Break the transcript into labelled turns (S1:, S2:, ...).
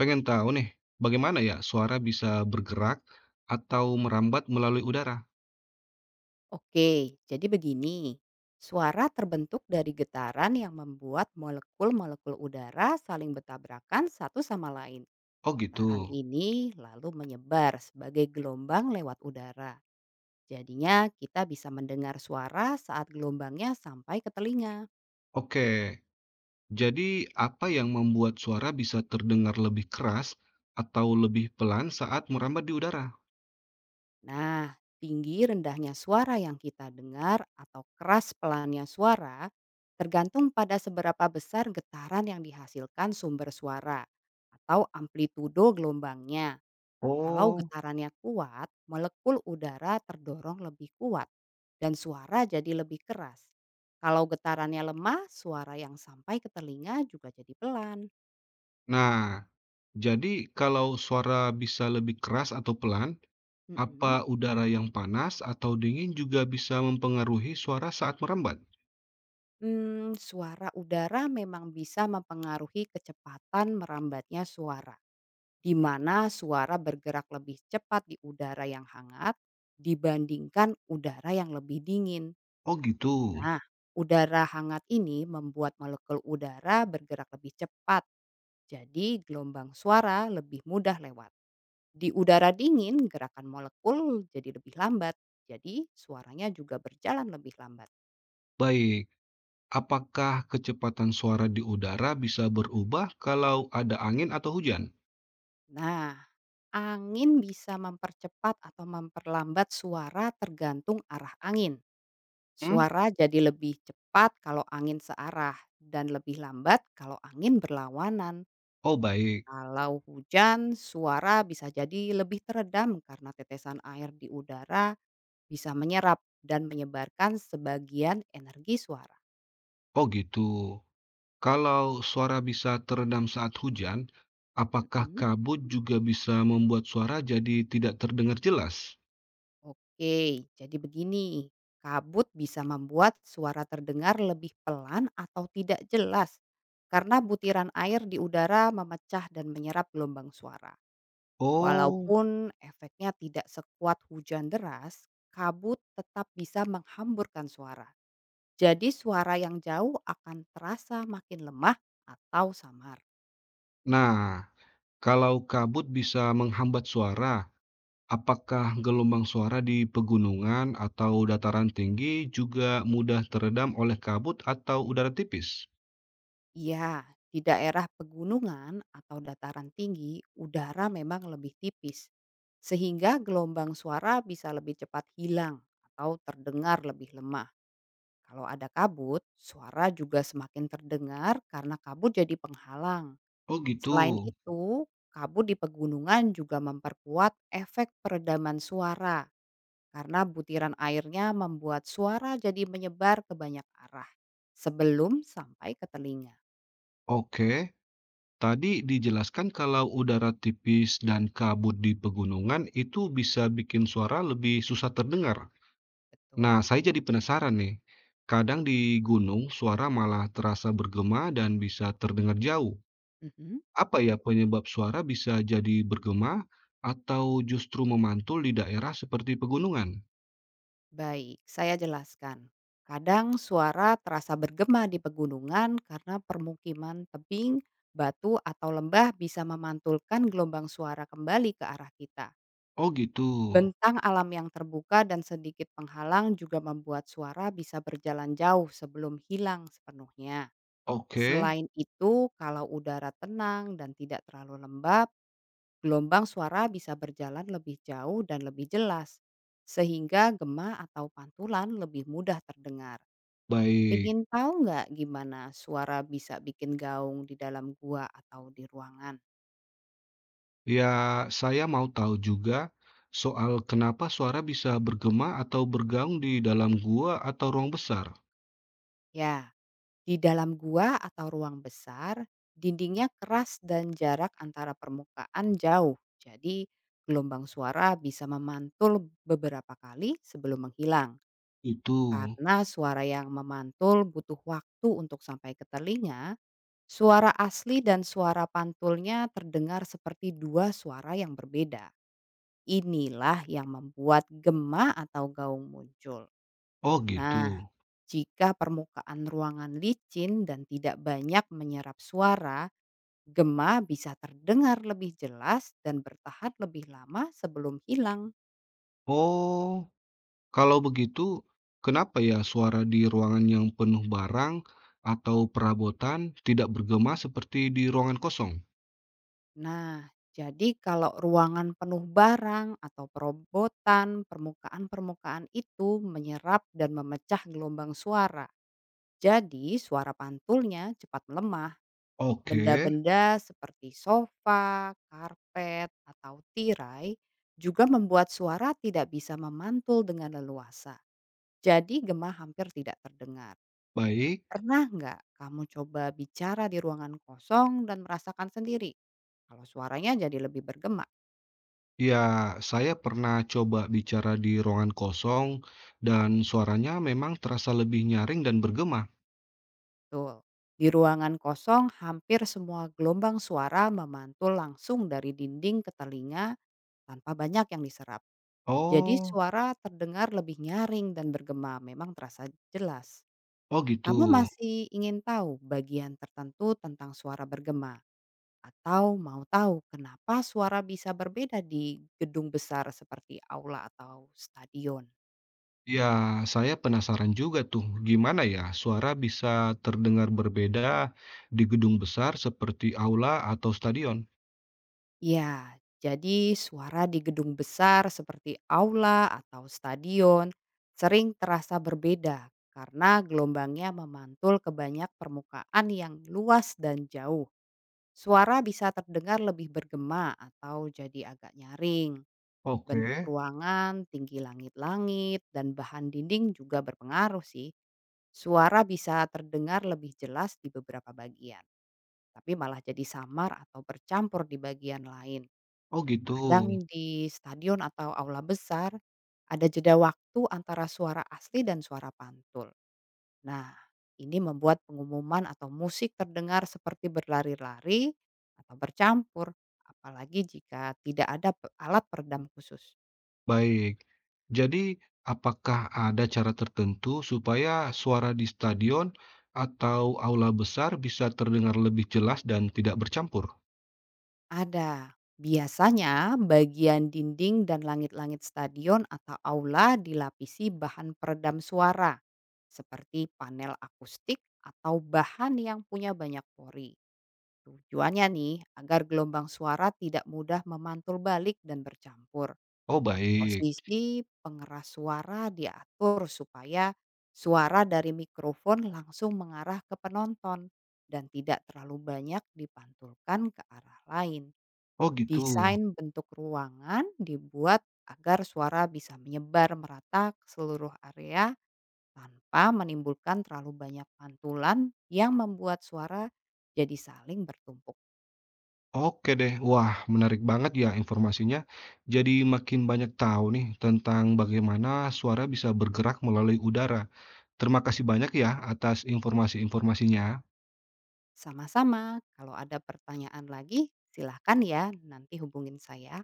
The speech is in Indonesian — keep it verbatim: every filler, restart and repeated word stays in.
S1: Pengen tahu nih, bagaimana ya suara bisa bergerak atau merambat melalui udara?
S2: Oke, jadi begini. Suara terbentuk dari getaran yang membuat molekul-molekul udara saling bertabrakan satu sama lain.
S1: Oh gitu.
S2: Getaran ini lalu menyebar sebagai gelombang lewat udara. Jadinya kita bisa mendengar suara saat gelombangnya sampai ke telinga.
S1: Oke, jadi apa yang membuat suara bisa terdengar lebih keras atau lebih pelan saat merambat di udara?
S2: Nah, tinggi rendahnya suara yang kita dengar atau keras pelannya suara tergantung pada seberapa besar getaran yang dihasilkan sumber suara atau amplitudo gelombangnya. Kalau
S1: Oh,
S2: getarannya kuat, molekul udara terdorong lebih kuat dan suara jadi lebih keras. Kalau getarannya lemah, suara yang sampai ke telinga juga jadi pelan.
S1: nah, jadi kalau suara bisa lebih keras atau pelan, apa
S2: Mm-mm.
S1: udara yang panas atau dingin juga bisa mempengaruhi suara saat merambat?
S2: Hmm, suara udara memang bisa mempengaruhi kecepatan merambatnya suara. Di mana suara bergerak lebih cepat di udara yang hangat dibandingkan udara yang lebih dingin.
S1: Oh gitu.
S2: Nah, udara hangat ini membuat molekul udara bergerak lebih cepat, jadi gelombang suara lebih mudah lewat. Di udara dingin, gerakan molekul jadi lebih lambat, jadi suaranya juga berjalan lebih lambat.
S1: Baik. Apakah kecepatan suara di udara bisa berubah kalau ada angin atau hujan?
S2: Nah, angin bisa mempercepat atau memperlambat suara tergantung arah angin.
S1: Hmm?
S2: Suara jadi lebih cepat kalau angin searah dan lebih lambat kalau angin berlawanan.
S1: Oh baik,
S2: Kalau hujan, suara bisa jadi lebih teredam karena tetesan air di udara bisa menyerap dan menyebarkan sebagian energi suara.
S1: oh gitu. Kalau suara bisa teredam saat hujan, apakah
S2: Mm-mm.
S1: kabut juga bisa membuat suara jadi tidak terdengar jelas?
S2: Oke, jadi begini. Kabut bisa membuat suara terdengar lebih pelan atau tidak jelas karena butiran air di udara memecah dan menyerap gelombang suara.
S1: Oh,
S2: Walaupun efeknya tidak sekuat hujan deras, kabut tetap bisa menghamburkan suara. Jadi suara yang jauh akan terasa makin lemah atau samar.
S1: nah, kalau kabut bisa menghambat suara, apakah gelombang suara di pegunungan atau dataran tinggi juga mudah teredam oleh kabut atau udara tipis?
S2: Iya, di daerah pegunungan atau dataran tinggi, udara memang lebih tipis. Sehingga gelombang suara bisa lebih cepat hilang atau terdengar lebih lemah. Kalau ada kabut, suara juga semakin terdengar karena kabut jadi penghalang.
S1: Oh gitu.
S2: Selain itu, kabut di pegunungan juga memperkuat efek peredaman suara karena butiran airnya membuat suara jadi menyebar ke banyak arah sebelum sampai ke telinga.
S1: Oke, tadi dijelaskan kalau udara tipis dan kabut di pegunungan itu bisa bikin suara lebih susah terdengar.
S2: Betul.
S1: Nah, saya jadi penasaran nih. Kadang di gunung suara malah terasa bergema dan bisa terdengar jauh.
S2: Mhm.
S1: Apa ya penyebab suara bisa jadi bergema atau justru memantul di daerah seperti pegunungan?
S2: Baik, saya jelaskan. Kadang suara terasa bergema di pegunungan karena permukiman tebing, batu atau lembah bisa memantulkan gelombang suara kembali ke arah kita.
S1: Oh gitu.
S2: Bentang alam yang terbuka dan sedikit penghalang juga membuat suara bisa berjalan jauh sebelum hilang sepenuhnya.
S1: Oke,
S2: Selain itu, kalau udara tenang dan tidak terlalu lembab, gelombang suara bisa berjalan lebih jauh dan lebih jelas, sehingga gema atau pantulan lebih mudah terdengar.
S1: baik.
S2: Pingin tahu nggak gimana suara bisa bikin gaung di dalam gua atau di ruangan?
S1: Ya, saya mau tahu juga soal kenapa suara bisa bergema atau bergaung di dalam gua atau ruang besar.
S2: Ya, di dalam gua atau ruang besar, dindingnya keras dan jarak antara permukaan jauh. Jadi gelombang suara bisa memantul beberapa kali sebelum menghilang.
S1: Itu.
S2: Karena suara yang memantul butuh waktu untuk sampai ke telinga, suara asli dan suara pantulnya terdengar seperti dua suara yang berbeda. Inilah yang membuat gema atau gaung muncul.
S1: Oh, gitu.
S2: Nah, jika permukaan ruangan licin dan tidak banyak menyerap suara, gema bisa terdengar lebih jelas dan bertahan lebih lama sebelum hilang.
S1: Oh, kalau begitu, kenapa ya suara di ruangan yang penuh barang atau perabotan tidak bergema seperti di ruangan kosong?
S2: Nah, jadi kalau ruangan penuh barang atau perobotan, permukaan-permukaan itu menyerap dan memecah gelombang suara. Jadi suara pantulnya cepat melemah.
S1: Oke,
S2: Benda-benda seperti sofa, karpet, atau tirai juga membuat suara tidak bisa memantul dengan leluasa. Jadi gema hampir tidak terdengar.
S1: baik.
S2: Pernah nggak kamu coba bicara di ruangan kosong dan merasakan sendiri kalau suaranya jadi lebih bergema?
S1: Ya, saya pernah coba bicara di ruangan kosong dan suaranya memang terasa lebih nyaring dan bergema.
S2: Betul. Di ruangan kosong hampir semua gelombang suara memantul langsung dari dinding ke telinga tanpa banyak yang diserap. Jadi
S1: Oh.
S2: suara terdengar lebih nyaring dan bergema, memang terasa jelas.
S1: Oh gitu.
S2: Kamu masih ingin tahu bagian tertentu tentang suara bergema? Atau mau tahu kenapa suara bisa berbeda di gedung besar seperti aula atau stadion?
S1: Ya, saya penasaran juga tuh, gimana ya suara bisa terdengar berbeda di gedung besar seperti aula atau stadion?
S2: Ya, jadi suara di gedung besar seperti aula atau stadion sering terasa berbeda karena gelombangnya memantul ke banyak permukaan yang luas dan jauh. Suara bisa terdengar lebih bergema atau jadi agak nyaring. Bentuk
S1: Oke.
S2: ruangan, tinggi langit-langit, dan bahan dinding juga berpengaruh sih. Suara bisa terdengar lebih jelas di beberapa bagian, tapi malah jadi samar atau bercampur di bagian lain.
S1: Oh gitu.
S2: Kadang di stadion atau aula besar, ada jeda waktu antara suara asli dan suara pantul. Nah, ini membuat pengumuman atau musik terdengar seperti berlari-lari atau bercampur, apalagi jika tidak ada pe- alat peredam khusus.
S1: Baik. Jadi, apakah ada cara tertentu supaya suara di stadion atau aula besar bisa terdengar lebih jelas dan tidak bercampur?
S2: Ada. Biasanya bagian dinding dan langit-langit stadion atau aula dilapisi bahan peredam suara seperti panel akustik atau bahan yang punya banyak pori. Tujuannya nih agar gelombang suara tidak mudah memantul balik dan bercampur.
S1: Oh baik.
S2: Posisi pengeras suara diatur supaya suara dari mikrofon langsung mengarah ke penonton dan tidak terlalu banyak dipantulkan ke arah lain.
S1: Oh gitu.
S2: Desain bentuk ruangan dibuat agar suara bisa menyebar merata ke seluruh area tanpa menimbulkan terlalu banyak pantulan yang membuat suara jadi saling bertumpuk.
S1: Oke deh, wah menarik banget ya informasinya. Jadi makin banyak tahu nih tentang bagaimana suara bisa bergerak melalui udara. Terima kasih banyak ya atas informasi-informasinya.
S2: Sama-sama, kalau ada pertanyaan lagi silahkan ya nanti hubungin saya.